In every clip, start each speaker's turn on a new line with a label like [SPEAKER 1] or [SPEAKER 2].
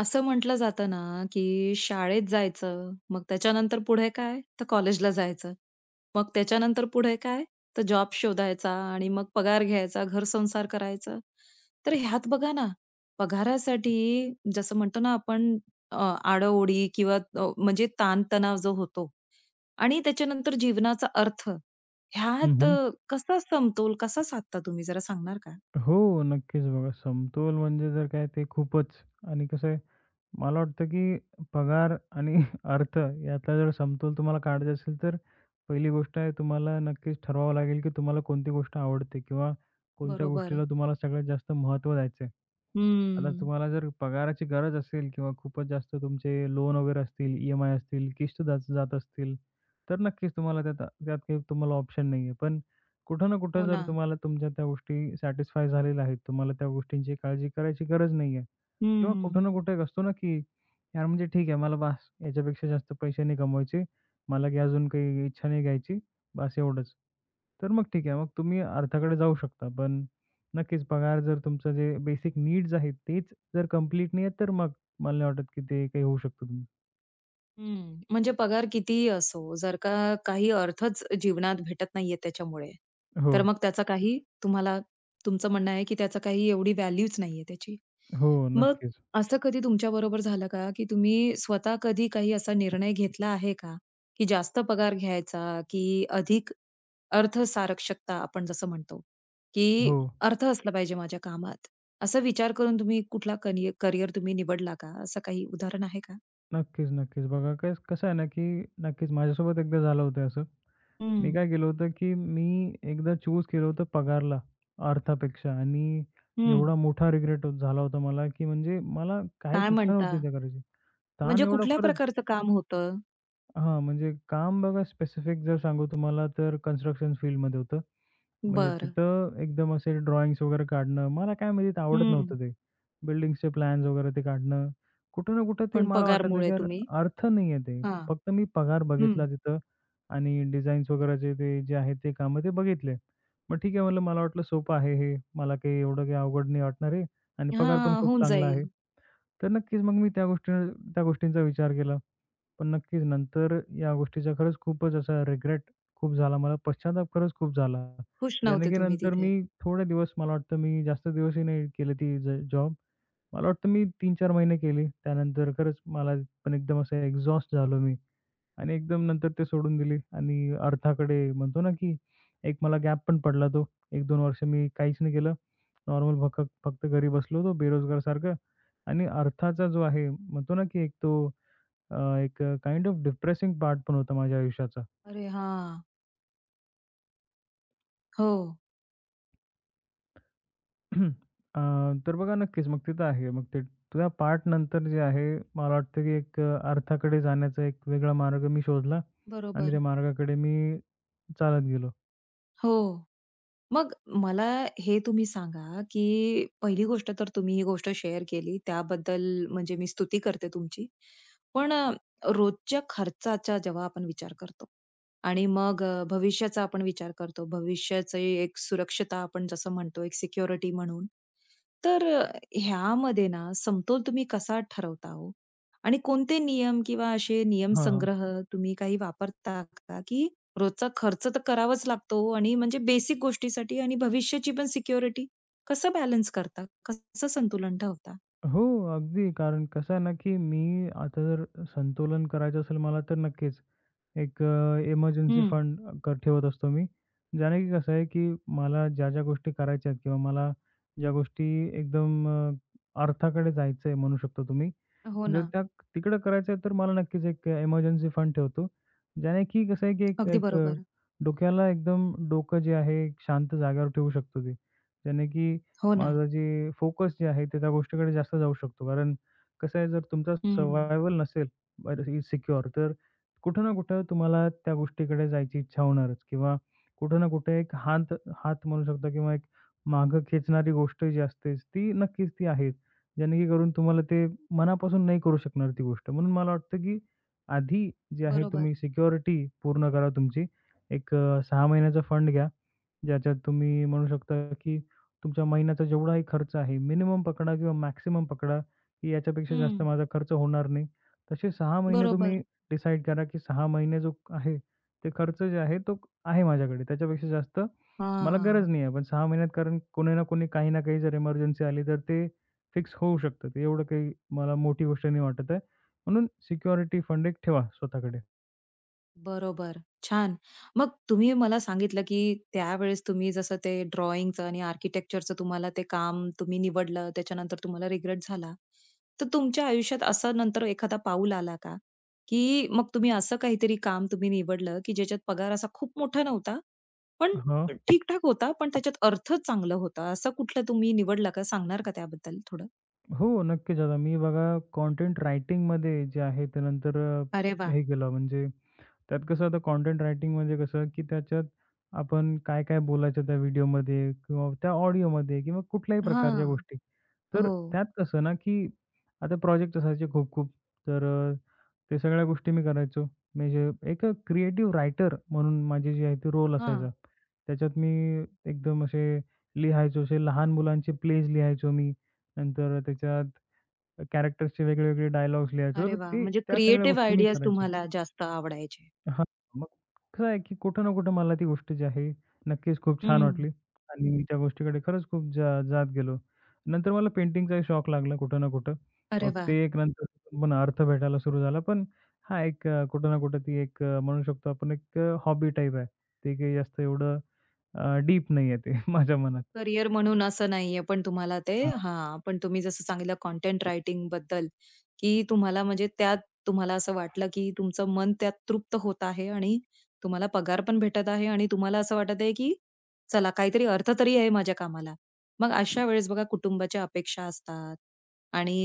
[SPEAKER 1] असं म्हटलं जातं ना, की शाळेत जायचं, मग त्याच्यानंतर पुढे काय? तर कॉलेजला जायचं. मग त्याच्यानंतर पुढे काय? तर जॉब शोधायचा आणि मग पगार घ्यायचा, घर-संसार करायचा. तर ह्यात बघा ना, पगारासाठी जसं म्हणतो ना आपण अ, आडओळी किंवा म्हणजे ताणतणाव जो होतो आणि त्याच्यानंतर जीवनाचा अर्थ
[SPEAKER 2] हं,
[SPEAKER 1] ह्यात
[SPEAKER 2] हं.
[SPEAKER 1] कसा समतोल साधता तुम्ही जरा सांगणार का?
[SPEAKER 2] हो, नक्कीच बघा. समतोल म्हणजे जर काय ते खूपच आणि कसं आहे, मला वाटतं की पगार आणि अर्थ यातला जर समतोल तुम्हाला काढायचा असेल, तर पहिली गोष्ट आहे तुम्हाला नक्कीच ठरवावं लागेल की तुम्हाला कोणती गोष्ट आवडते किंवा कोणत्या
[SPEAKER 1] बरोबर.
[SPEAKER 2] गोष्टीला तुम्हाला सगळ्यात जास्त महत्त्व द्यायचं आहे. आता
[SPEAKER 1] हम्म.
[SPEAKER 2] तुम्हाला जर पगाराची गरज असेल किंवा खूपच जास्त तुमचे लोन वगैरे असतील, ई-एम-आय असतील, किस्त जात जात असतील, तर नक्कीच तुम्हाला त्यात त्यात काही तुम्हाला ऑप्शन नाहीये. पण कुठं ना कुठं
[SPEAKER 1] हो
[SPEAKER 2] जर
[SPEAKER 1] ना.
[SPEAKER 2] तुम्हाला तुमच्या त्या गोष्टी सॅटिस्फाय झालेल्या आहेत, तुम्हाला त्या गोष्टींची काळजी करायची गरज नाहीये. किंवा कुठं
[SPEAKER 1] हम्म.
[SPEAKER 2] ना कुठे एक असतो ना, की यार म्हणजे ठीक आहे मला बास याच्यापेक्षा जास्त पैसे नाही कमवायचे. मला काही अजून काही इच्छा नाही घ्यायची. बास एवढंच. तर मग ठीक आहे. मग तुम्ही अर्थाकडे जाऊ शकता. पण नक्कीच पगार जर तुमचं जे बेसिक नीड्स आहेत तेच जर कंप्लीट नाही आहेत, तर मग मला नाही वाटत, की ते काही होऊ शकतं तुम.
[SPEAKER 1] हं. म्हणजे पगार कितीही असो, जर का काही अर्थच जीवनात भेटत नाहीये त्याच्यामुळे,
[SPEAKER 2] हो.
[SPEAKER 1] तर मग त्याचा काही तुम्हाला तुमचं म्हणणं आहे, की त्याचा काही एवढी व्हॅल्यूच नाहीये त्याची.
[SPEAKER 2] हो.
[SPEAKER 1] मग
[SPEAKER 2] नक्कीच.
[SPEAKER 1] असं कधी तुमच्याबरोबर झालं का, की तुम्ही स्वतः कधी काही असा निर्णय घेतला आहे का, की जास्त पगार घ्यायचा, की अधिक अर्थसारक्षकता आपण जसं म्हणतो, की
[SPEAKER 2] हो.
[SPEAKER 1] अर्थ असला पाहिजे माझ्या कामात. असा विचार करून तुम्ही कुठला कनिय तुम्ही निवडला का? असं काही उदाहरण आहे का?
[SPEAKER 2] नक्कीच, नक्कीच. बघा कसं आहे ना, की नक्कीच माझ्यासोबत एकदा झालं होतं असं. मी काय
[SPEAKER 1] हं,
[SPEAKER 2] केलं होतं, की मी एकदा चूज केलं होतं पगारला अर्थापेक्षा आणि
[SPEAKER 1] हं.
[SPEAKER 2] एवढा मोठा रिग्रेट झाला होता मला, की म्हणजे मला काहीच
[SPEAKER 1] काय
[SPEAKER 2] इच्छा
[SPEAKER 1] म्हणता?
[SPEAKER 2] नव्हती त्या करायची. ताण
[SPEAKER 1] म्हणजे
[SPEAKER 2] एवढं
[SPEAKER 1] कुठल्या
[SPEAKER 2] खरंच.
[SPEAKER 1] प्रकारचं काम होतं?
[SPEAKER 2] हां, म्हणजे काम बघा स्पेसिफिक जर सांगू तुम्हाला तर कन्स्ट्रक्शन फील्डमध्ये होतं. म्हणजे
[SPEAKER 1] बरं.
[SPEAKER 2] तिथं एकदम असे ड्रॉइंग्स वगैरे काढणं, मला काय माहिती ते आवडत
[SPEAKER 1] हं.
[SPEAKER 2] नव्हतं ते. बिल्डिंग्सचे प्लॅन्स वगैरे ते काढणं. कुठं ना कुठं ते
[SPEAKER 1] पण
[SPEAKER 2] मला वाटायचं की
[SPEAKER 1] पगारमुळे
[SPEAKER 2] यार
[SPEAKER 1] तुम्ही
[SPEAKER 2] अर्थ नाहीये ते.
[SPEAKER 1] हां.
[SPEAKER 2] फक्त मी पगार
[SPEAKER 1] हं.
[SPEAKER 2] बघितला तिथं आणि डिझाईन्स वगैरेचे ते जे आहे ते कामं ते बघितले. मग ठीक आहे म्हणलं मला वाटलं सोपं आहे हे. मला काही एवढं काही अवघड नाही वाटणार आहे आणि पगार पण
[SPEAKER 1] हां,
[SPEAKER 2] खूप
[SPEAKER 1] होऊन
[SPEAKER 2] चांगला
[SPEAKER 1] जाईल.
[SPEAKER 2] आहे. तर नक्कीच मग मी त्या गोष्टींचा विचार केला. पण नक्कीच नंतर या गोष्टीचा खरंच खूपच असा रिग्रेट खूप झाला मला. पश्चाताप खरंच खूप झाला.
[SPEAKER 1] खुश
[SPEAKER 2] याने
[SPEAKER 1] नव्हते
[SPEAKER 2] की
[SPEAKER 1] तुम्ही
[SPEAKER 2] नंतर
[SPEAKER 1] तिथे.
[SPEAKER 2] मी थोडे दिवस मला वाटतं मी जास्त दिवसही नाही केली ती जॉब. मला वाटतं मी 3-4 महिने केली. त्यानंतर खरंच मला पण एकदम असं एक्झॉस्ट झालो मी आणि एकदम नंतर ते सोडून दिली आणि अर्थाकडे म्हणतो ना, की एक मला गॅप पण पडला तो. 1-2 वर्ष मी काहीच नाही केलं. नॉर्मल फक्त घरी बसलो होतो बेरोजगारसारखं आणि अर्थाचा जो आहे म्हणतो ना, की एक तो अ, एक काइंड ऑफ डिप्रेसिंग पार्ट पण होता माझ्या आयुष्याचा.
[SPEAKER 1] अरे हां. हो.
[SPEAKER 2] अ, तर बघा नक्कीच मग तिथं आहे. मग ते त्या पार्ट नंतर जे आहे, मला वाटतं की एक अर्थाकडे जाण्याचा एक वेगळा मार्ग मी शोधला आणि
[SPEAKER 1] बरोबर.
[SPEAKER 2] त्या मार्गाकडे मी चालत गेलो.
[SPEAKER 1] हो. मग मला हे तुम्ही सांगा, की पहिली गोष्ट तर तुम्ही ही गोष्ट शेअर केली त्याबद्दल म्हणजे मी स्तुती करते तुमची. पण रोजच्या खर्चाचा जेव्हा आपण विचार करतो आणि मग भविष्याचा आपण विचार करतो. भविष्याची एक सुरक्षता आपण जसं म्हणतो, एक सिक्युरिटी म्हणून. तर ह्यामध्ये ना समतोल तुम्ही कसा ठरवता हो? आणि कोणते नियम किंवा असे नियम
[SPEAKER 2] हां, हां.
[SPEAKER 1] संग्रह तुम्ही काही वापरता का, की रोजचा खर्च तर करावाच लागतो हो आणि म्हणजे बेसिक गोष्टीसाठी आणि भविष्याची पण सिक्युरिटी कसं बॅलन्स करता? कसं संतुलन ठेवता?
[SPEAKER 2] हो, अगदी. कारण कसं आहे ना, की मी आता जर संतुलन करायचं असेल मला तर नक्कीच एक इमर्जन्सी
[SPEAKER 1] हं.
[SPEAKER 2] फंड ठेवत असतो मी. ज्याने की कसं आहे, की मला ज्या-ज्या गोष्टी करायच्या आहेत किंवा मला ज्या गोष्टी एकदम अर्थाकडे जायचंय म्हणू शकता तुम्ही,
[SPEAKER 1] हो
[SPEAKER 2] जर
[SPEAKER 1] ना.
[SPEAKER 2] त्या तिकडं करायचं आहे, तर मला नक्कीच एक इमर्जन्सी फंड ठेवतो. ज्याने की कसं आहे, की एक
[SPEAKER 1] अगदी
[SPEAKER 2] एक
[SPEAKER 1] बरोबर.
[SPEAKER 2] डोक्याला एकदम डोकं जे आहे एक शांत जागेवर ठेवू शकतो ते. ज्याने की
[SPEAKER 1] हो ना.
[SPEAKER 2] माझं जे फोकस जे आहे ते त्या गोष्टीकडे जास्त जाऊ शकतो. कारण कसं आहे, जर तुमचा
[SPEAKER 1] हं.
[SPEAKER 2] सर्व्हायव्हल नसेल सिक्युअर तर कुठं ना कुठं तुम्हाला त्या गोष्टीकडे जायची इच्छा होणारच किंवा कुठं ना कुठे एक हात हात म्हणू शकता किंवा एक मागं खेचणारी गोष्ट जी असतेच ती नक्कीच ती आहेच. जेणेकरून तुम्हाला ते मनापासून नाही करू शकणार ती गोष्ट. म्हणून मला वाटतं, की आधी जे आहे
[SPEAKER 1] बरोबर.
[SPEAKER 2] तुम्ही सिक्युरिटी पूर्ण करा तुमची. एक 6 महिन्याचा फंड घ्या. ज्याच्यात तुम्ही म्हणू शकता की तुमच्या महिन्याचा जेवढाही खर्च आहे, मिनिमम पकडा किंवा मॅक्सिमम पकडा, की याच्यापेक्षा जास्त
[SPEAKER 1] हं.
[SPEAKER 2] माझा खर्च होणार नाही. तसे 6 महिने
[SPEAKER 1] बरोबर.
[SPEAKER 2] तुम्ही डिसाईड करा, की 6 महिने जो आहे, ते खर्च जे आहे तो आहे माझ्याकडे. त्याच्यापेक्षा जास्त मला गरज
[SPEAKER 1] हां.
[SPEAKER 2] नाही आहे. पण 6 महिन्यात कारण कोणी ना कोणी, काही ना काही जर इमर्जन्सी आली, तर ते फिक्स होऊ शकतं. ते एवढं काही मला मोठी गोष्ट नाही वाटत आहे. म्हणून सिक्युरिटी फंड एक ठेवा स्वतःकडे.
[SPEAKER 1] बरोबर. छान. मग तुम्ही मला सांगितलं, की त्यावेळेस तुम्ही जसं ते ड्रॉइंगचं आणि आर्किटेक्चरचं तुम्हाला ते काम तुम्ही निवडलं, त्याच्यानंतर तुम्हाला रिग्रेट झाला. तर तुमच्या आयुष्यात असं नंतर एखादा पाऊल आला का? की मग तुम्ही असं काहीतरी काम तुम्ही निवडलं, की ज्याच्यात पगार असा खूप मोठा नव्हता, पण
[SPEAKER 2] हां.
[SPEAKER 1] ठीक होता, पण त्याच्यात अर्थ चांगला होता. असं कुठलं तुम्ही निवडला का? सांगणार का त्याबद्दल थोडं?
[SPEAKER 2] हो, नक्कीच. आता मी बघा कंटेंट रायटिंगमध्ये जे आहे त्यानंतर
[SPEAKER 1] अरे वाह!
[SPEAKER 2] हे केलं म्हणजे त्यात कसं आता कंटेंट रायटिंग म्हणजे कसं, की त्याच्यात आपण काय-काय बोलायचं त्या व्हिडिओमध्ये किंवा त्या ऑडिओमध्ये किंवा कुठल्याही प्रकारच्या
[SPEAKER 1] हां.
[SPEAKER 2] गोष्टी. तर
[SPEAKER 1] हो.
[SPEAKER 2] त्यात कसं ना, की आता प्रोजेक्ट असायचे खूप-खूप तर ते सगळ्या गोष्टी मी करायचो. म्हणजे एक क्रिएटिव्ह रायटर म्हणून माझी जी आहे ती रोल
[SPEAKER 1] हां.
[SPEAKER 2] असायचा. त्याच्यात मी एकदम असे लिहायचो, असे लहान मुलांचे प्लेज लिहायचो मी. नंतर त्याच्यात कॅरेक्टर्सचे वेगळे-वेगळे डायलॉग्स लिहायचो.
[SPEAKER 1] अरे
[SPEAKER 2] तर
[SPEAKER 1] वाह!
[SPEAKER 2] ते
[SPEAKER 1] म्हणजे
[SPEAKER 2] त्या सगळ्या
[SPEAKER 1] क्रिएटिव्ह
[SPEAKER 2] गोष्टी मी
[SPEAKER 1] आयडियाज
[SPEAKER 2] करायचो.
[SPEAKER 1] तुम्हाला जास्त आवडायचे.
[SPEAKER 2] हां, मग कसं आहे, की कुठं ना कुठं मला ती गोष्ट जी आहे, नक्कीच खूप छान
[SPEAKER 1] हं.
[SPEAKER 2] वाटली आणि मी त्या गोष्टीकडे खरंच खूप जात गेलो. नंतर मला पेंटिंगचाही शौक लागला कुठं ना कुठं.
[SPEAKER 1] अरे
[SPEAKER 2] मग
[SPEAKER 1] वाह!
[SPEAKER 2] ते एक नंतर पण अर्थ भेटायला सुरू झाला. पण हा एक कुठं ना कुठं ती एक म्हणू शकतो आपण एक हॉबी टाइप आहे. ते काही जास्त एवढं डीप नाहीये ते माझ्या मनात.
[SPEAKER 1] करियर म्हणून असं नाहीये, पण तुम्हाला ते हां, पण तुम्ही जसं सांगितलं कंटेंट रायटिंग बद्दल, की तुम्हाला म्हणजे त्यात तुम्हाला असं वाटलं, की तुमचं मन त्यात तृप्त होत आहे आणि तुम्हाला पगार पण भेटत आहे आणि तुम्हाला असं वाटत आहे, की चला काहीतरी अर्थ तरी आहे माझ्या कामाला. मग अशा वेळेस बघा कुटुंबाच्या अपेक्षा असतात आणि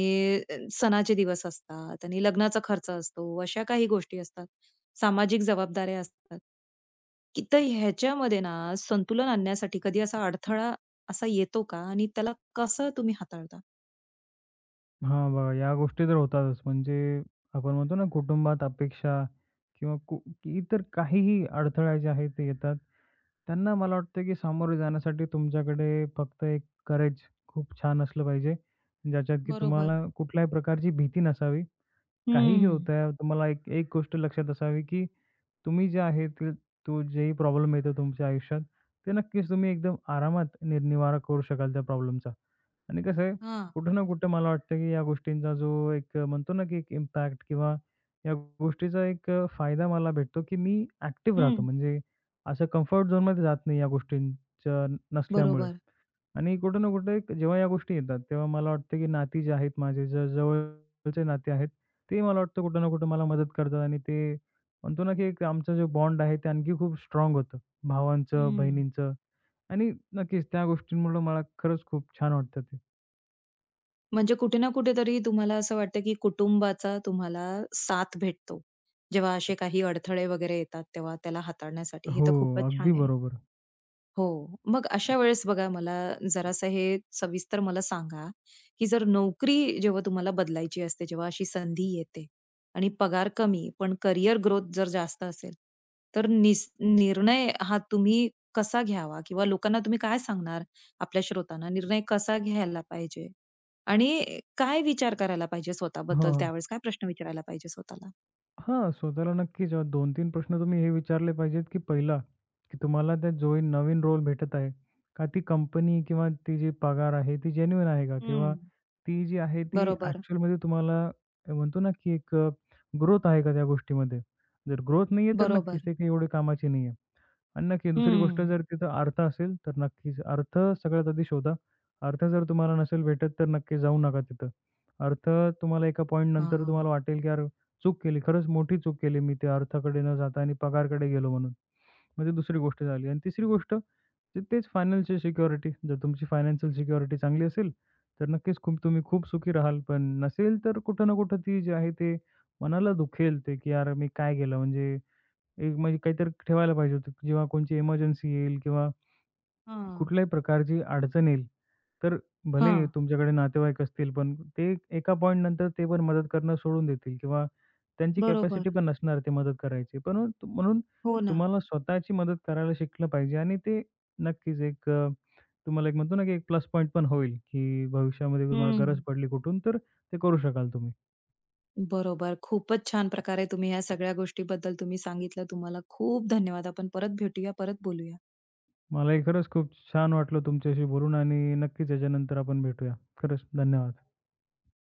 [SPEAKER 1] अ, सणाचे दिवस असतात आणि लग्नाचा खर्च असतो. अशा काही गोष्टी असतात. सामाजिक जबाबदाऱ्या असतात. की तर ह्याच्यामध्ये ना संतुलन आणण्यासाठी कधी असा अडथळा येतो का आणि त्याला कसं तुम्ही हाताळता?
[SPEAKER 2] हां, बघा या गोष्टी तर होतातच. म्हणजे आपण म्हणतो ना कुटुंबात अपेक्षा किंवा इतर काहीही अडथळे जे आहेत ते येतात. त्यांना मला वाटतं की सामोरे जाण्यासाठी तुमच्याकडे फक्त एक करेज खूप छान असलं पाहिजे. ज्याच्यात की
[SPEAKER 1] बरोबर.
[SPEAKER 2] तुम्हाला कुठल्याही प्रकारची भीती नसावी. काहीही होत
[SPEAKER 1] हं.
[SPEAKER 2] आहे तुम्हाला एक एक गोष्ट लक्षात असावी की तुम्ही जे आहे ते तो जेही प्रॉब्लेम येतो तुमच्या आयुष्यात, ते नक्कीच तुम्ही एकदम आरामात निवारा करू शकाल त्या प्रॉब्लेमचा. आणि कसं आहे,
[SPEAKER 1] हां.
[SPEAKER 2] कुठं ना कुठं मला वाटतं, की या गोष्टींचा जो एक म्हणतो ना, की एक इम्पॅक्ट किंवा या गोष्टीचा एक फायदा मला भेटतो, की मी ॲक्टिव्ह राहतो.
[SPEAKER 1] हं.
[SPEAKER 2] म्हणजे असं कम्फर्ट झोनमध्ये जात नाही या गोष्टींच्या नसल्यामुळे.
[SPEAKER 1] बरोबर.
[SPEAKER 2] आणि कुठे ना कुठे जेव्हा या गोष्टी येतात, तेव्हा मला वाटतं की नाती जे आहेत माझे, जवळचे नाते आहेत, ते मला वाटतं कुठे ना कुठे मला मदत करतात आणि ते म्हणतो ना की एक आमचा जो बॉन्ड आहे, ते आणखी खूप स्ट्राँग होतं. भावांचं,
[SPEAKER 1] हं.
[SPEAKER 2] बहिणींचं आणि नक्कीच त्या गोष्टींमुळं मला खरंच खूप छान वाटतं ते.
[SPEAKER 1] म्हणजे कुठे ना कुठेतरी तुम्हाला असं वाटतं, की कुटुंबाचा तुम्हाला साथ भेटतो. जेव्हा असे काही अडथळे वगैरे येतात, तेव्हा त्याला हाताळण्यासाठी. हे
[SPEAKER 2] हो,
[SPEAKER 1] तर खूपच
[SPEAKER 2] अगदी
[SPEAKER 1] छान आहे.
[SPEAKER 2] बरोबर.
[SPEAKER 1] हो. मग अशा वेळेस बघा जरासं हे सविस्तर मला सांगा, की जर नोकरी जेव्हा तुम्हाला बदलायची असते, जेव्हा अशी संधी येते आणि पगार कमी पण करियर ग्रोथ जर जास्त असेल, तर निर्णय हा तुम्ही कसा घ्यावा? किंवा लोकांना तुम्ही काय सांगणार आपल्या श्रोतांना? निर्णय कसा घ्यायला पाहिजे? आणि काय विचार करायला पाहिजे स्वतःबद्दल
[SPEAKER 2] हां,
[SPEAKER 1] त्यावेळेस? काय प्रश्न विचारायला पाहिजे स्वतःला?
[SPEAKER 2] हां, स्वतःला नक्कीच 2-3 प्रश्न तुम्ही हे विचारले पाहिजेत, की पहिला, की तुम्हाला त्या जो नवीन रोल भेटत आहे, का ती कंपनी किंवा ती जी पगार आहे ती जेन्युइन आहे का? किंवा
[SPEAKER 1] हं.
[SPEAKER 2] ती जी आहे ती
[SPEAKER 1] बरोबर,
[SPEAKER 2] ॲक्चुअलमध्ये तुम्हाला म्हणतो ना, की एक ग्रोथ आहे का त्या गोष्टीमध्ये? जर ग्रोथ नाहीये तर
[SPEAKER 1] बरोबर.
[SPEAKER 2] नक्कीच ते काही एवढे कामाची नाहीये. आणि नक्की दुसरी गोष्ट
[SPEAKER 1] हं.
[SPEAKER 2] जर तिथं अर्थ असेल, तर नक्कीच अर्थ सगळ्यात आधी शोधा. अर्थ जर तुम्हाला नसेल भेटत, तर नक्की जाऊ नका तिथं. अर्थ तुम्हाला एका
[SPEAKER 1] हां.
[SPEAKER 2] पॉइंटनंतर
[SPEAKER 1] हां.
[SPEAKER 2] तुम्हाला वाटेल, की "यार, चूक केली. खरंच मोठी चूक केली मी त्या अर्थाकडे न जाता आणि पगाराकडे गेलो म्हणून." म्हणजे दुसरी गोष्ट झाली आणि तिसरी गोष्ट ते तेच फायनान्शियल सिक्युरिटी. जर तुमची फायनान्शियल सिक्युरिटी चांगली असेल, तर नक्कीच खूप तुम्ही खूप सुखी राहाल. पण नसेल, तर कुठं ना कुठं ती जी आहे ते मनाला दुखेल ते, की "यार, मी काय केलं?" म्हणजे एक म्हणजे काहीतरी ठेवायला पाहिजे होतं, जेव्हा कोणची इमर्जन्सी येईल किंवा कुठल्याही प्रकारची अडचण येईल, तर भले
[SPEAKER 1] हां.
[SPEAKER 2] तुमच्याकडे नातेवाईक असतील, पण ते एका पॉईंट नंतर ते पण मदत करणं सोडून देतील किंवा त्यांची कॅपॅसिटी
[SPEAKER 1] बरोबर.
[SPEAKER 2] पण नसणार ते मदत करायची. पण म्हणून म्हणून
[SPEAKER 1] हो ना.
[SPEAKER 2] तुम्हाला स्वतःची मदत करायला शिकलं पाहिजे आणि ते नक्कीच एक तुम्हाला एक म्हणतो ना, की एक प्लस पॉइंट पण होईल, की भविष्यामध्ये तुम्हाला
[SPEAKER 1] हं.
[SPEAKER 2] गरज पडली कुठून, तर ते करू शकाल तुम्ही.
[SPEAKER 1] बरोबर. खूपच छान प्रकारे तुम्ही ह्या सगळ्या गोष्टीबद्दल तुम्ही सांगितलं. तुम्हाला खूप धन्यवाद. आपण परत भेटूया, परत बोलूया.
[SPEAKER 2] मलाही खरंच खूप छान वाटलं तुमच्याशी बोलून आणि नक्कीच याच्यानंतर आपण भेटूया. खरंच धन्यवाद.